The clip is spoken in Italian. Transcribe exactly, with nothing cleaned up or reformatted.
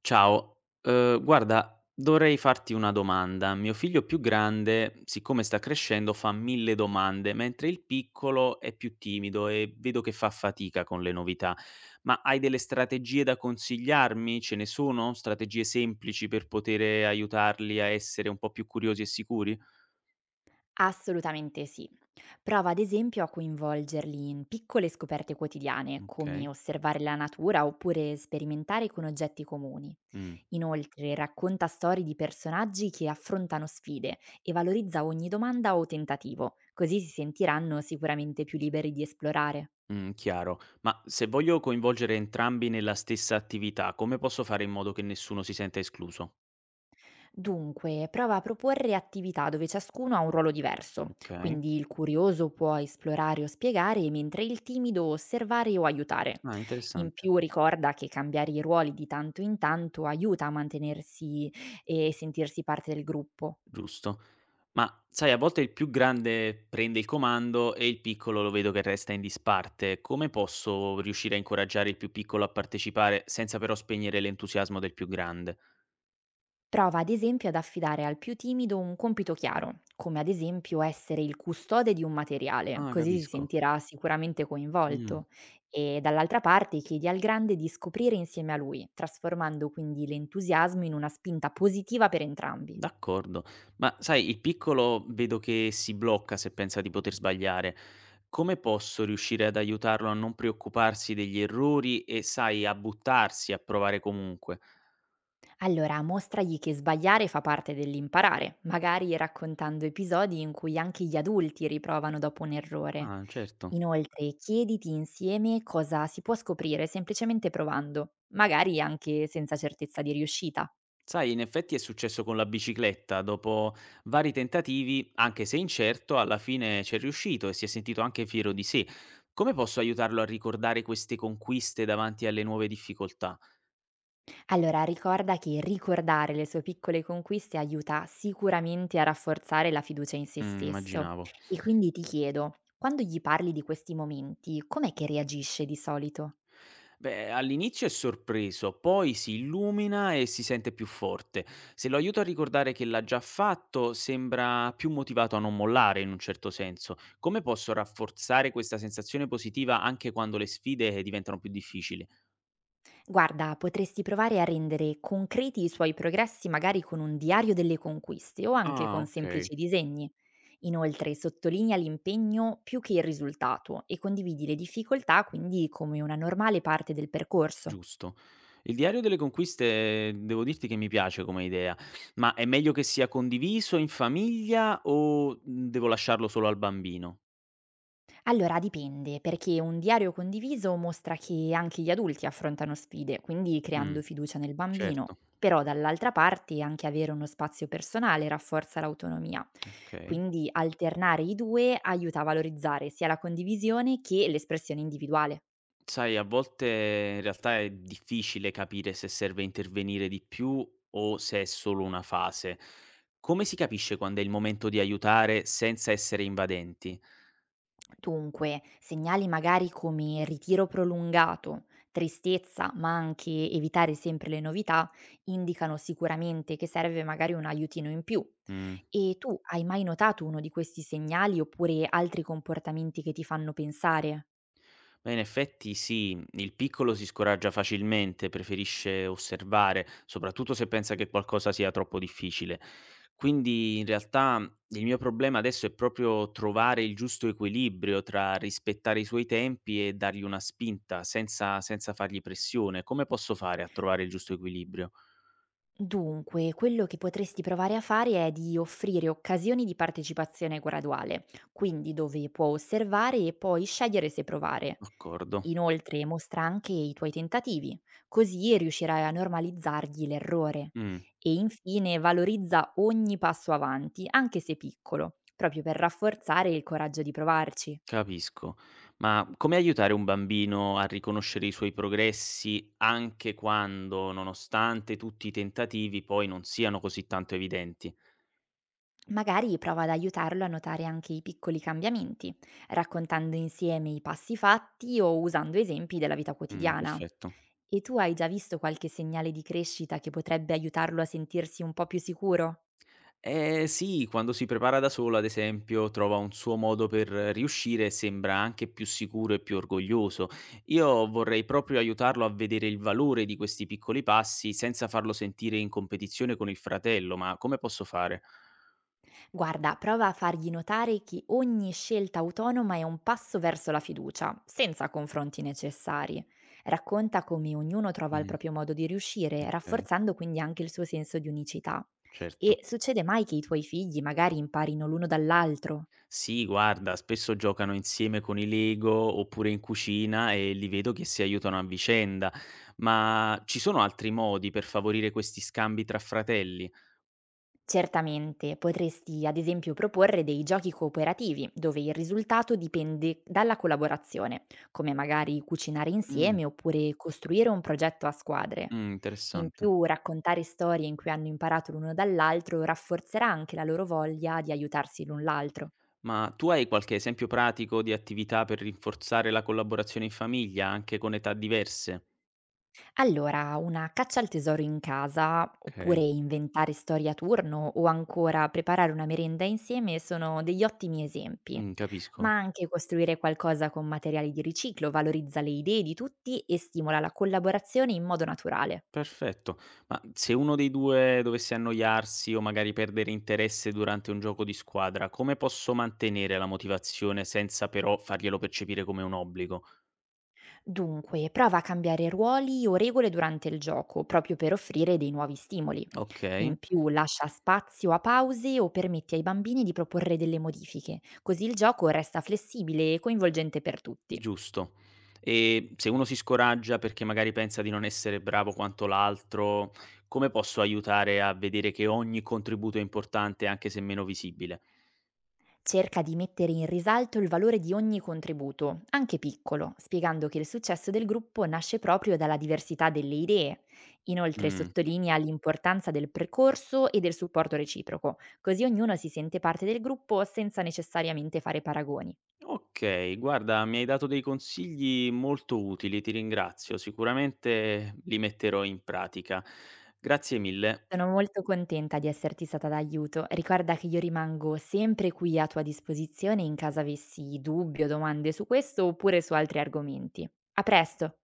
Ciao, uhm, guarda, dovrei farti una domanda. Mio figlio più grande, siccome sta crescendo, fa mille domande, mentre il piccolo è più timido e vedo che fa fatica con le novità. Ma hai delle strategie da consigliarmi? Ce ne sono? Strategie semplici per potere aiutarli a essere un po' più curiosi e sicuri? Assolutamente sì. Prova ad esempio a coinvolgerli in piccole scoperte quotidiane, come Okay. osservare la natura oppure sperimentare con oggetti comuni. Mh. Inoltre racconta storie di personaggi che affrontano sfide e valorizza ogni domanda o tentativo, così si sentiranno sicuramente più liberi di esplorare. Mh, chiaro. Ma se voglio coinvolgere entrambi nella stessa attività, come posso fare in modo che nessuno si senta escluso? Dunque, prova a proporre attività dove ciascuno ha un ruolo diverso, Okay. quindi il curioso può esplorare o spiegare, mentre il timido osservare o aiutare. Ah, In interessante. più ricorda che cambiare i ruoli di tanto in tanto aiuta a mantenersi e sentirsi parte del gruppo. Giusto. Ma sai, a volte il più grande prende il comando e il piccolo lo vedo che resta in disparte. Come posso riuscire a incoraggiare il più piccolo a partecipare senza però spegnere l'entusiasmo del più grande? Prova ad esempio ad affidare al più timido un compito chiaro, come ad esempio essere il custode di un materiale, Ah, così si capisco. sentirà sicuramente Mm, coinvolto. E dall'altra parte chiedi al grande di scoprire insieme a lui, trasformando quindi l'entusiasmo in una spinta positiva per entrambi. d'accordo. Ma sai, il piccolo vedo che si blocca se pensa di poter sbagliare. Come posso riuscire ad aiutarlo a non preoccuparsi degli errori e, sai, a buttarsi, a provare comunque? Allora mostragli che sbagliare fa parte dell'imparare, magari raccontando episodi in cui anche gli adulti riprovano dopo un errore. Ah, certo. Inoltre, chiediti insieme cosa si può scoprire semplicemente provando, magari anche senza certezza di riuscita. Sai, in effetti è successo con la bicicletta, dopo vari tentativi, anche se incerto, alla fine c'è riuscito e si è sentito anche fiero di sé. Come posso aiutarlo a ricordare queste conquiste davanti alle nuove difficoltà? Allora ricorda che ricordare le sue piccole conquiste aiuta sicuramente a rafforzare la fiducia in se Mm, stesso. immaginavo. E quindi ti chiedo, quando gli parli di questi momenti, com'è che reagisce di solito? Beh, all'inizio è sorpreso, poi si illumina e si sente più forte. Se lo aiuto a ricordare che l'ha già fatto, sembra più motivato a non mollare in un certo senso. Come posso rafforzare questa sensazione positiva anche quando le sfide diventano più difficili? Guarda, potresti provare a rendere concreti i suoi progressi magari con un diario delle conquiste o anche Ah, con okay, semplici disegni. Inoltre sottolinea l'impegno più che il risultato e condividi le difficoltà quindi come una normale parte del percorso. giusto. Il diario delle conquiste devo dirti che mi piace come idea, ma è meglio che sia condiviso in famiglia o, mhmm, devo lasciarlo solo al bambino? Allora dipende, perché un diario condiviso mostra che anche gli adulti affrontano sfide, quindi Mh, creando fiducia nel certo, bambino. Però dall'altra parte anche avere uno spazio personale rafforza l'autonomia. okay. Quindi alternare i due aiuta a valorizzare sia la condivisione che l'espressione individuale. Sai, a volte in realtà è difficile capire se serve intervenire di più o se è solo una fase. Come si capisce quando è il momento di aiutare senza essere invadenti? Dunque, segnali magari come ritiro prolungato, tristezza, ma anche evitare sempre le novità, indicano sicuramente che serve magari un aiutino in più. Mh. E tu hai mai notato uno di questi segnali oppure altri comportamenti che ti fanno pensare? Beh, in effetti sì, il piccolo si scoraggia facilmente, preferisce osservare, soprattutto se pensa che qualcosa sia troppo difficile. Quindi in realtà il mio problema adesso è proprio trovare il giusto equilibrio tra rispettare i suoi tempi e dargli una spinta senza, senza fargli pressione. Come posso fare a trovare il giusto equilibrio? Dunque, quello che potresti provare a fare è di offrire occasioni di partecipazione graduale, quindi dove può osservare e poi scegliere se provare. D'accordo. Inoltre mostra anche i tuoi tentativi, così riuscirai a normalizzargli l'errore. Mm. E infine valorizza ogni passo avanti, anche se piccolo, proprio per rafforzare il coraggio di provarci. Capisco. Ma come aiutare un bambino a riconoscere i suoi progressi anche quando, nonostante tutti i tentativi, poi non siano così tanto evidenti? Magari prova ad aiutarlo a notare anche i piccoli cambiamenti, raccontando insieme i passi fatti o usando esempi della vita Mh, quotidiana. perfetto. E tu hai già visto qualche segnale di crescita che potrebbe aiutarlo a sentirsi un po' più sicuro? Eh sì, quando si prepara da solo, ad esempio, trova un suo modo per riuscire e sembra anche più sicuro e più orgoglioso. Io vorrei proprio aiutarlo a vedere il valore di questi piccoli passi senza farlo sentire in competizione con il fratello, ma come posso fare? Guarda, prova a fargli notare che ogni scelta autonoma è un passo verso la fiducia, senza confronti necessari. Racconta come ognuno trova il Mh, proprio modo di riuscire, okay, rafforzando quindi anche il suo senso di unicità. certo. E succede mai che i tuoi figli magari imparino l'uno dall'altro? Sì, guarda, spesso giocano insieme con i Lego oppure in cucina e li vedo che si aiutano a vicenda, ma ci sono altri modi per favorire questi scambi tra fratelli? Certamente, potresti ad esempio proporre dei giochi cooperativi, dove il risultato dipende dalla collaborazione, come magari cucinare Mm, insieme oppure costruire un progetto a squadre. mm, In interessante. più, raccontare storie in cui hanno imparato l'uno dall'altro rafforzerà anche la loro voglia di aiutarsi l'un l'altro. Ma tu hai qualche esempio pratico di attività per rinforzare la collaborazione in famiglia, anche con età diverse? Allora, una caccia al tesoro in casa, oppure Ok, inventare storie a turno, o ancora preparare una merenda insieme sono degli ottimi esempi. mm, capisco. Ma anche costruire qualcosa con materiali di riciclo valorizza le idee di tutti e stimola la collaborazione in modo naturale. Perfetto. Ma se uno dei due dovesse annoiarsi o magari perdere interesse durante un gioco di squadra, come posso mantenere la motivazione senza però farglielo percepire come un obbligo? Dunque, prova a cambiare ruoli o regole durante il gioco, proprio per offrire dei nuovi stimoli. Okay, In più lascia spazio a pause o permette ai bambini di proporre delle modifiche, così il gioco resta flessibile e coinvolgente per tutti. giusto. E se uno si scoraggia perché magari pensa di non essere bravo quanto l'altro, come posso aiutare a vedere che ogni contributo è importante anche se meno visibile? Cerca di mettere in risalto il valore di ogni contributo, anche piccolo, spiegando che il successo del gruppo nasce proprio dalla diversità delle idee. Inoltre Mh. sottolinea l'importanza del percorso e del supporto reciproco, così ognuno si sente parte del gruppo senza necessariamente fare paragoni. Okay, guarda mi hai dato dei consigli molto utili, ti ringrazio. Sicuramente li metterò in pratica. Grazie mille. Sono molto contenta di esserti stata d'aiuto. Ricorda che io rimango sempre qui a tua disposizione in caso avessi dubbi o domande su questo oppure su altri argomenti. A presto!